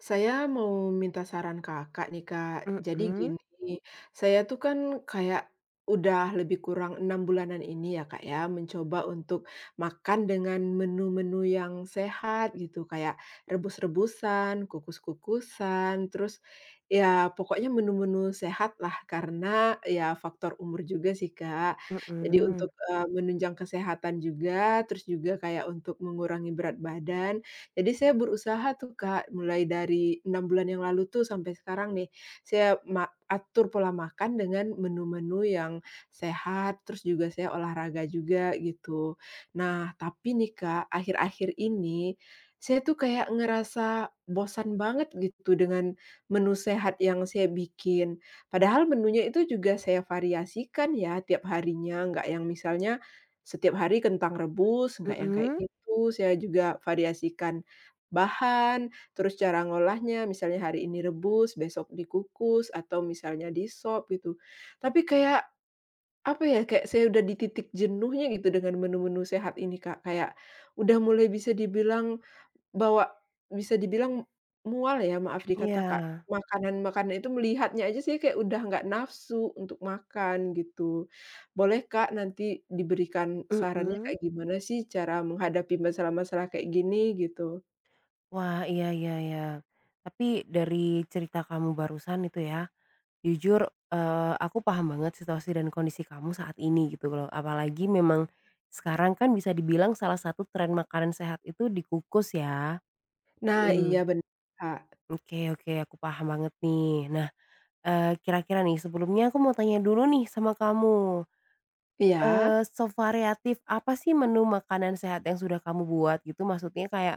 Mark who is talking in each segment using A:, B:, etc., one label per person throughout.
A: Saya mau minta saran Kakak nih, Kak. Jadi
B: Mhm.
A: gini, saya tuh kan kayak udah lebih kurang 6 bulanan ini ya, Kak, ya, mencoba untuk makan dengan menu-menu yang sehat gitu, kayak rebus-rebusan, kukus-kukusan, terus ya pokoknya menu-menu sehat lah karena ya faktor umur juga sih, Kak. Jadi untuk,
B: Mhm.
A: menunjang kesehatan juga, terus juga kayak untuk mengurangi berat badan. Jadi saya berusaha tuh, Kak, mulai dari 6 bulan yang lalu tuh sampai sekarang nih, saya atur pola makan dengan menu-menu yang sehat, terus juga saya olahraga juga gitu. Nah, tapi nih, Kak, akhir-akhir ini saya tuh kayak ngerasa bosan banget gitu dengan menu sehat yang saya bikin. Padahal menunya itu juga saya variasikan ya tiap harinya, nggak yang misalnya setiap hari kentang rebus, nggak yang kayak
B: mhm,
A: gitu, saya juga variasikan bahan, terus cara ngolahnya, misalnya hari ini rebus, besok dikukus, atau misalnya di-sop gitu. Tapi kayak, apa ya, kayak saya udah di titik jenuhnya gitu dengan menu-menu sehat ini, Kak. Kayak udah mulai bisa dibilang bawa bisa dibilang mual ya, maaf dikata, Kak.
B: iya,
A: Makanan-makanan itu melihatnya aja sih kayak udah nggak nafsu untuk makan gitu. Boleh, Kak, nanti diberikan sarannya
B: mhm.
A: kayak gimana sih cara menghadapi masalah-masalah kayak gini gitu?
B: Wah, iya, iya, iya. Tapi dari cerita kamu barusan itu ya, jujur, aku paham banget situasi dan kondisi kamu saat ini gitu loh, apalagi memang sekarang kan bisa dibilang salah satu tren makanan sehat itu dikukus ya.
A: Nah, iya
B: Mhm.
A: bener, Kak.
B: Oke, oke, aku paham banget nih. Nah, kira-kira nih sebelumnya aku mau tanya dulu nih sama kamu.
A: Iya?
B: Sevariatif apa sih menu makanan sehat yang sudah kamu buat gitu? Maksudnya kayak,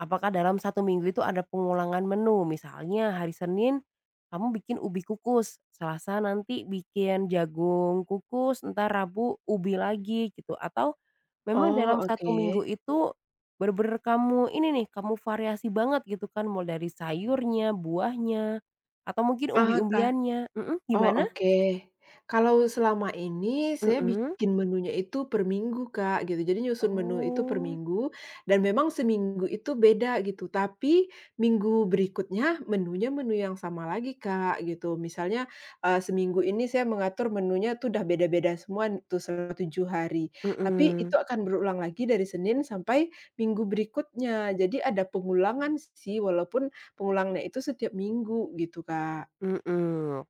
B: apakah dalam satu minggu itu ada pengulangan menu? Misalnya hari Senin, kamu bikin ubi kukus, Selasa nanti bikin jagung kukus, entar Rabu ubi lagi gitu, atau memang
A: Oh,
B: dalam satu
A: oke.
B: minggu itu bener-bener kamu ini nih, kamu variasi banget gitu kan, mulai dari sayurnya, buahnya, atau mungkin
A: Ah, ka
B: umbi-umbiannya, mhm,
A: Oh,
B: gimana?
A: oke. Kalau selama ini saya
B: Mhm.
A: bikin menunya itu per minggu, Kak, gitu. Jadi nyusun menu itu per
B: Oh,
A: minggu dan memang seminggu itu beda gitu. Tapi minggu berikutnya menunya menu yang sama lagi, Kak, gitu. Misalnya, seminggu ini saya mengatur menunya tuh udah beda-beda semua tuh selama 7 hari. Tapi itu
B: mhm.
A: akan berulang lagi dari Senin sampai minggu berikutnya. Jadi ada pengulangan sih walaupun pengulangnya itu setiap minggu gitu, Kak.
B: Mhm.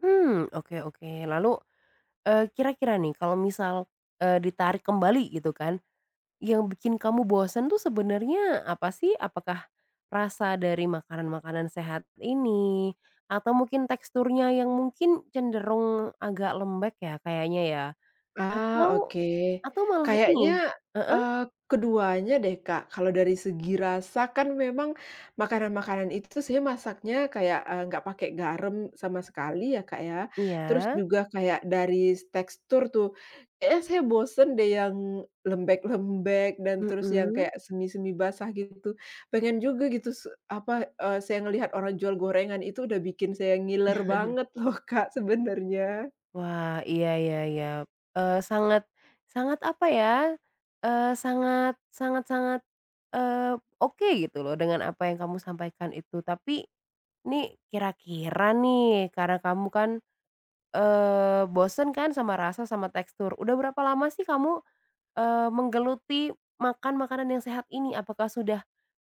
B: Hmm, oke, oke. Lalu, kira-kira nih kalau misal, ditarik kembali gitu kan, yang bikin kamu bosen tuh sebenarnya apa sih? Apakah rasa dari makanan-makanan sehat ini? Atau mungkin teksturnya yang mungkin cenderung agak lembek ya kayaknya ya?
A: Ah,
B: Atau
A: oke.
B: atau malah
A: Kayaknya,
B: ini, heeh,
A: eee, keduanya deh, Kak. Kalau dari segi rasa kan memang makanan-makanan itu sebenarnya masaknya kayak, nggak pakai garam sama sekali ya, Kak, ya. Terus
B: iya,
A: juga kayak dari tekstur tuh, kayaknya saya bosen deh yang lembek-lembek dan terus yang
B: mhm.
A: kayak semi-semi basah gitu. Pengen juga gitu saya ngelihat orang jual gorengan itu udah bikin saya ngiler banget loh, Kak, sebenarnya.
B: Wah, iya, iya, iya, sangat sangat apa ya, sangat sangat sangat, eee, oke gitu loh dengan apa yang kamu sampaikan itu. Tapi nih kira-kira nih karena kamu kan, bosen kan sama rasa sama tekstur. Udah berapa lama sih kamu, menggeluti makan makanan yang sehat ini? Apakah sudah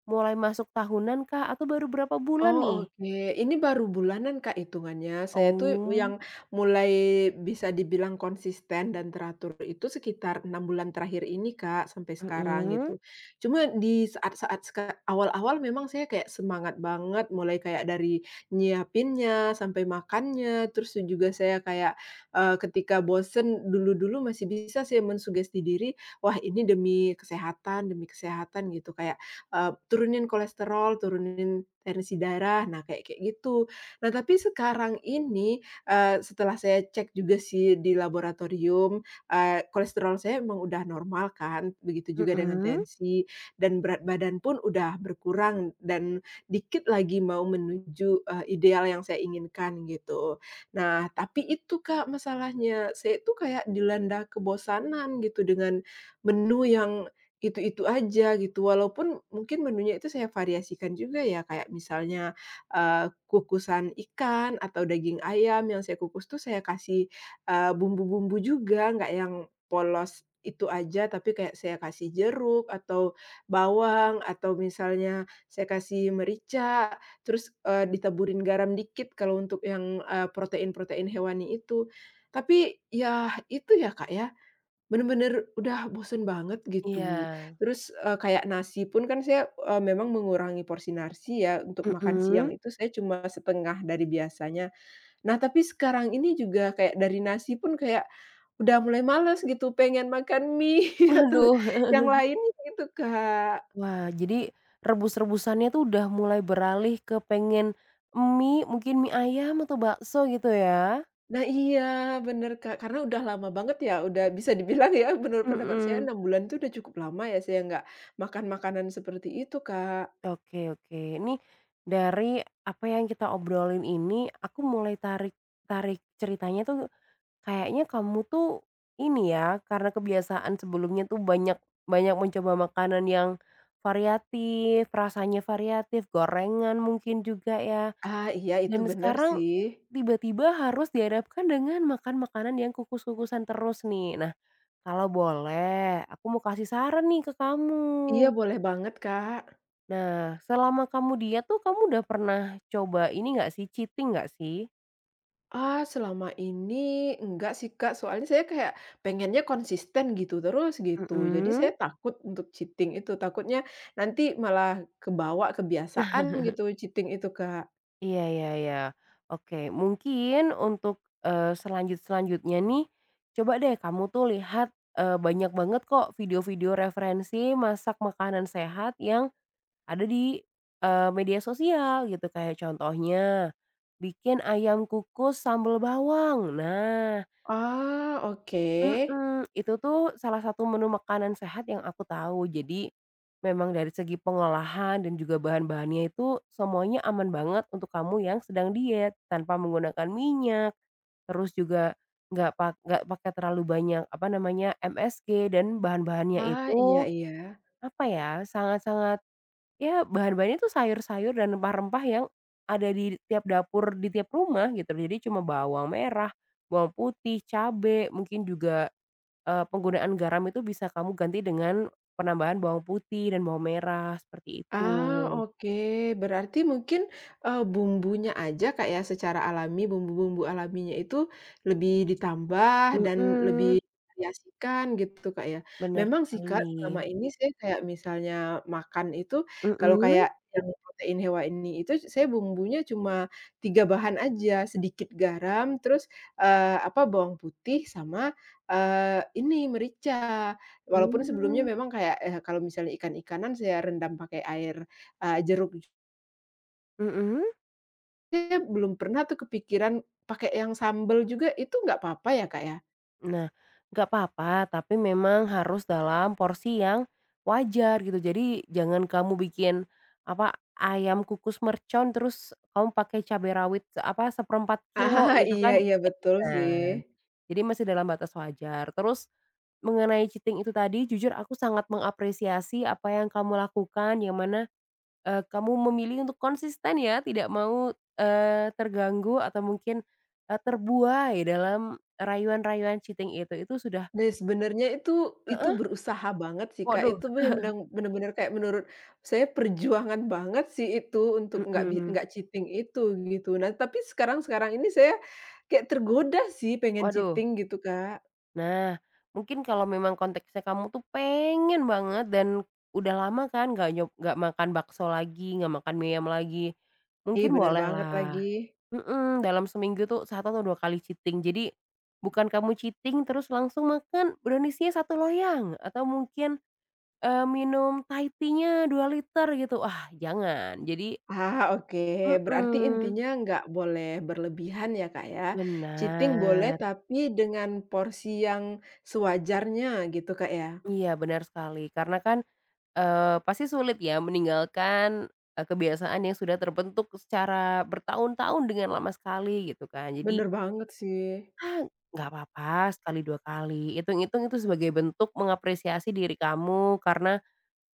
B: mulai masuk tahunan kah atau baru berapa bulan nih?
A: Oh, oke. Ini baru bulanan, Kak, hitungannya. Saya tuh
B: Oh,
A: yang mulai bisa dibilang konsisten dan teratur itu sekitar 6 bulan terakhir ini, Kak, sampai
B: mhm,
A: sekarang
B: mhm.
A: gitu. Cuma di saat-saat awal-awal memang saya kayak semangat banget, mulai kayak dari nyiapinnya, sampai makannya, terus juga saya kayak, ketika bosen dulu-dulu masih bisa saya mensugesti diri, "Wah, ini demi kesehatan," gitu. Kayak turunin kolesterol, turunin tensi darah, nah kayak kayak gitu. Nah tapi sekarang ini, setelah saya cek juga sih di laboratorium, kolesterol saya memang udah normal kan, begitu juga dengan
B: Mhm.
A: tensi dan berat badan pun udah berkurang dan dikit lagi mau menuju, ideal yang saya inginkan gitu. Nah tapi itu Kak masalahnya, saya itu kayak dilanda kebosanan gitu dengan menu yang itu-itu aja gitu, walaupun mungkin menunya itu saya variasikan juga ya, kayak misalnya, kukusan ikan atau daging ayam yang saya kukus tuh saya kasih, bumbu-bumbu juga, nggak yang polos itu aja, tapi kayak saya kasih jeruk atau bawang atau misalnya saya kasih merica, terus, ditaburin garam dikit kalau untuk yang, protein-protein hewani itu. Tapi, ya itu ya, Kak, ya, bener-bener udah bosen banget
B: Iya.
A: gitu. Terus, kayak nasi pun kan saya, memang mengurangi porsi nasi ya, untuk makan siang
B: Mhm.
A: itu saya cuma setengah dari biasanya. Nah, tapi sekarang ini juga kayak dari nasi pun kayak udah mulai males gitu, pengen makan mie atau
B: Aduh.
A: yang lainnya gitu, Kak.
B: Wah, jadi rebus-rebusannya tuh udah mulai beralih ke pengen mie, mungkin mie ayam atau bakso gitu ya?
A: Nah iya, bener, Kak, karena udah lama banget ya, udah bisa dibilang ya, menurut pendapat saya
B: Mhm.
A: 6 bulan itu udah cukup lama ya saya nggak makan makanan seperti itu, Kak.
B: Oke, oke, ini dari apa yang kita obrolin ini, aku mulai tarik tarik ceritanya tuh kayaknya kamu tuh ini ya, karena kebiasaan sebelumnya tuh banyak banyak mencoba makanan yang variatif, rasanya variatif, gorengan mungkin juga ya.
A: Ah, iya, itu
B: Dan
A: bener
B: sekarang
A: sih.
B: tiba-tiba harus dihadapkan dengan makan makanan yang kukus-kukusan terus nih. Nah, kalau boleh aku mau kasih saran nih ke
A: Iya,
B: kamu.
A: boleh banget, Kak.
B: Nah, selama kamu diet tuh kamu udah pernah coba ini nggak sih, cheating nggak sih?
A: Ah, selama ini enggak sih, Kak, soalnya saya kayak pengennya konsisten gitu terus gitu. Jadi
B: Mhm,
A: saya takut untuk cheating itu, takutnya nanti malah kebawa kebiasaan gitu cheating itu, Kak.
B: iya, iya, iya. Oke, mungkin untuk, selanjut-selanjutnya nih, coba deh kamu tuh lihat, banyak banget kok video-video referensi masak makanan sehat yang ada di, media sosial gitu kayak contohnya, bikin ayam kukus sambal bawang. Nah,
A: Ah, oke.
B: mhm, itu tuh salah satu menu makanan sehat yang aku tahu. Jadi, memang dari segi pengolahan dan juga bahan-bahannya itu semuanya aman banget untuk kamu yang sedang diet, tanpa menggunakan minyak, terus juga nggak pakai terlalu banyak, apa namanya, MSG dan bahan-bahannya
A: Ah, iya
B: itu,
A: iya.
B: apa ya, sangat-sangat. Ya, bahan-bahannya tuh sayur-sayur dan rempah-rempah yang ada di tiap dapur, di tiap rumah gitu. Jadi cuma bawang merah, bawang putih, cabe, mungkin juga, penggunaan garam itu bisa kamu ganti dengan penambahan bawang putih dan bawang merah, seperti itu.
A: Ah, oke. Berarti mungkin, bumbunya aja Kak ya, secara alami, bumbu-bumbu alaminya itu lebih ditambah dan lebih
B: Mhm.
A: variasikan gitu Kak ya.
B: Benar
A: Memang sih Kak,
B: sekali.
A: selama ini saya kayak misalnya makan itu, kalau
B: Mhm,
A: kayak yang protein hewan ini itu saya bumbunya cuma 3 bahan aja, sedikit garam, terus, apa, bawang putih sama, ini merica. Walaupun sebelumnya
B: mmm,
A: memang kayak, kalau misalnya ikan-ikanan saya rendam pakai air, jeruk
B: mhm.
A: saya belum pernah tuh kepikiran pakai yang sambel juga itu nggak apa-apa ya, Kak, ya?
B: Nah, nggak apa-apa, tapi memang harus dalam porsi yang wajar gitu. Jadi jangan kamu bikin apa ayam kukus mercon terus kamu pakai cabai rawit se apa seperempat
A: Ah,
B: kilo gitu
A: iya
B: kan.
A: iya betul sih.
B: Nah, jadi masih dalam batas wajar. Terus mengenai cheating itu tadi, jujur aku sangat mengapresiasi apa yang kamu lakukan, yang mana, kamu memilih untuk konsisten ya, tidak mau, terganggu atau mungkin, terbuai dalam rayuan-rayuan cheating itu. Itu sudah.
A: Nah, sebenarnya itu berusaha banget sih, Kak,
B: Waduh.
A: itu bener-bener kayak menurut saya perjuangan banget sih itu untuk
B: Mhm.
A: nggak cheating itu gitu. Nah, tapi sekarang-sekarang ini saya kayak tergoda sih pengen
B: Waduh.
A: cheating gitu, Kak.
B: Nah, mungkin kalau memang konteksnya kamu tuh pengen banget dan udah lama kan nggak makan bakso lagi, nggak makan mie ayam lagi,
A: Ih,
B: mungkin
A: bener banget lagi.
B: bolehlah, mhm, dalam seminggu tuh satu atau 2 kali cheating. Jadi, bukan kamu cheating terus langsung makan brownies-nya 1 loyang atau mungkin, minum Thai tea-nya 2 liter gitu, ah jangan. Jadi
A: Ah, oke. Berarti
B: mhm,
A: intinya nggak boleh berlebihan ya, Kak, ya. Cheating boleh
B: benar.
A: tapi dengan porsi yang sewajarnya gitu, Kak, ya.
B: Iya, benar sekali. Karena kan, pasti sulit ya meninggalkan, kebiasaan yang sudah terbentuk secara bertahun-tahun dengan lama sekali gitu kan. Jadi
A: Bener banget sih.
B: nggak apa-apa sekali 2 kali, hitung-hitung itu sebagai bentuk mengapresiasi diri kamu karena,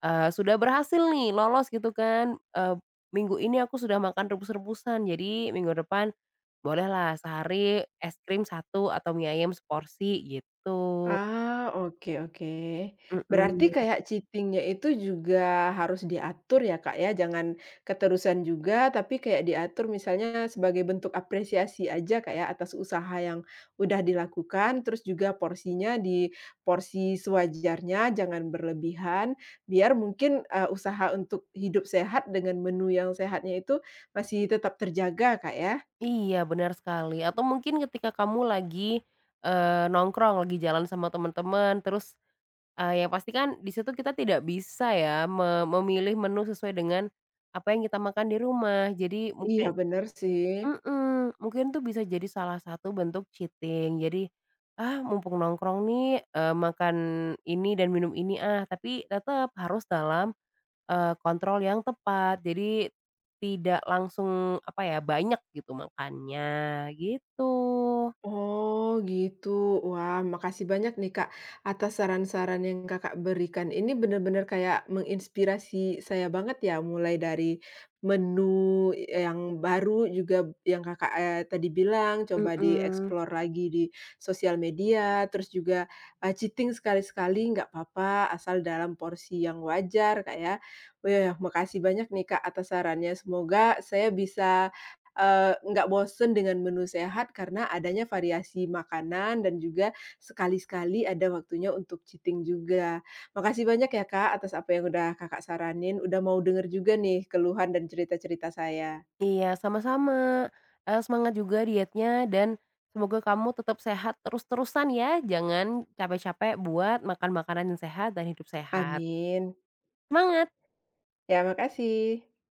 B: sudah berhasil nih lolos gitu kan, "Minggu ini aku sudah makan rebus-rebusan, jadi minggu depan bolehlah sehari es krim satu atau mie ayam seporsi," gitu.
A: Ah, oke oke. Berarti
B: Mhm.
A: kayak cheating-nya itu juga harus diatur ya, Kak, ya? Jangan keterusan juga, tapi kayak diatur misalnya sebagai bentuk apresiasi aja, Kak, ya, atas usaha yang udah dilakukan, terus juga porsinya di porsi sewajarnya, jangan berlebihan, biar mungkin, usaha untuk hidup sehat dengan menu yang sehatnya itu masih tetap terjaga, Kak, ya?
B: Iya, benar sekali. Atau mungkin ketika kamu lagi, nongkrong, lagi jalan sama teman-teman, terus, yang pasti kan di situ kita tidak bisa ya memilih menu sesuai dengan apa yang kita makan di rumah. Jadi mungkin
A: Iya, bener sih.
B: mhm, mungkin tuh bisa jadi salah satu bentuk cheating. Jadi, "Ah, mumpung nongkrong nih, makan ini dan minum ini ah." Tapi tetap harus dalam, kontrol yang tepat, jadi tidak langsung, apa ya, banyak gitu makannya, gitu.
A: Oh gitu. Wah, makasih banyak nih Kak atas saran-saran yang Kakak berikan. Ini benar-benar kayak menginspirasi saya banget ya, mulai dari menu yang baru juga yang Kakak tadi bilang coba
B: Mhm.
A: dieksplor lagi di sosial media, terus juga cheating sekali-sekali nggak apa-apa asal dalam porsi yang wajar Kak ya. Wah, makasih banyak nih Kak atas sarannya. Semoga saya bisa nggak bosen dengan menu sehat karena adanya variasi makanan dan juga sekali-sekali ada waktunya untuk cheating juga. Makasih banyak ya, Kak, atas apa yang udah Kakak saranin, udah mau denger juga nih keluhan dan cerita-cerita saya.
B: Iya, sama-sama. Semangat juga dietnya dan semoga kamu tetap sehat terus-terusan ya, jangan capek-capek buat makan makanan yang sehat dan hidup sehat.
A: Amin.
B: Semangat!
A: Ya, makasih.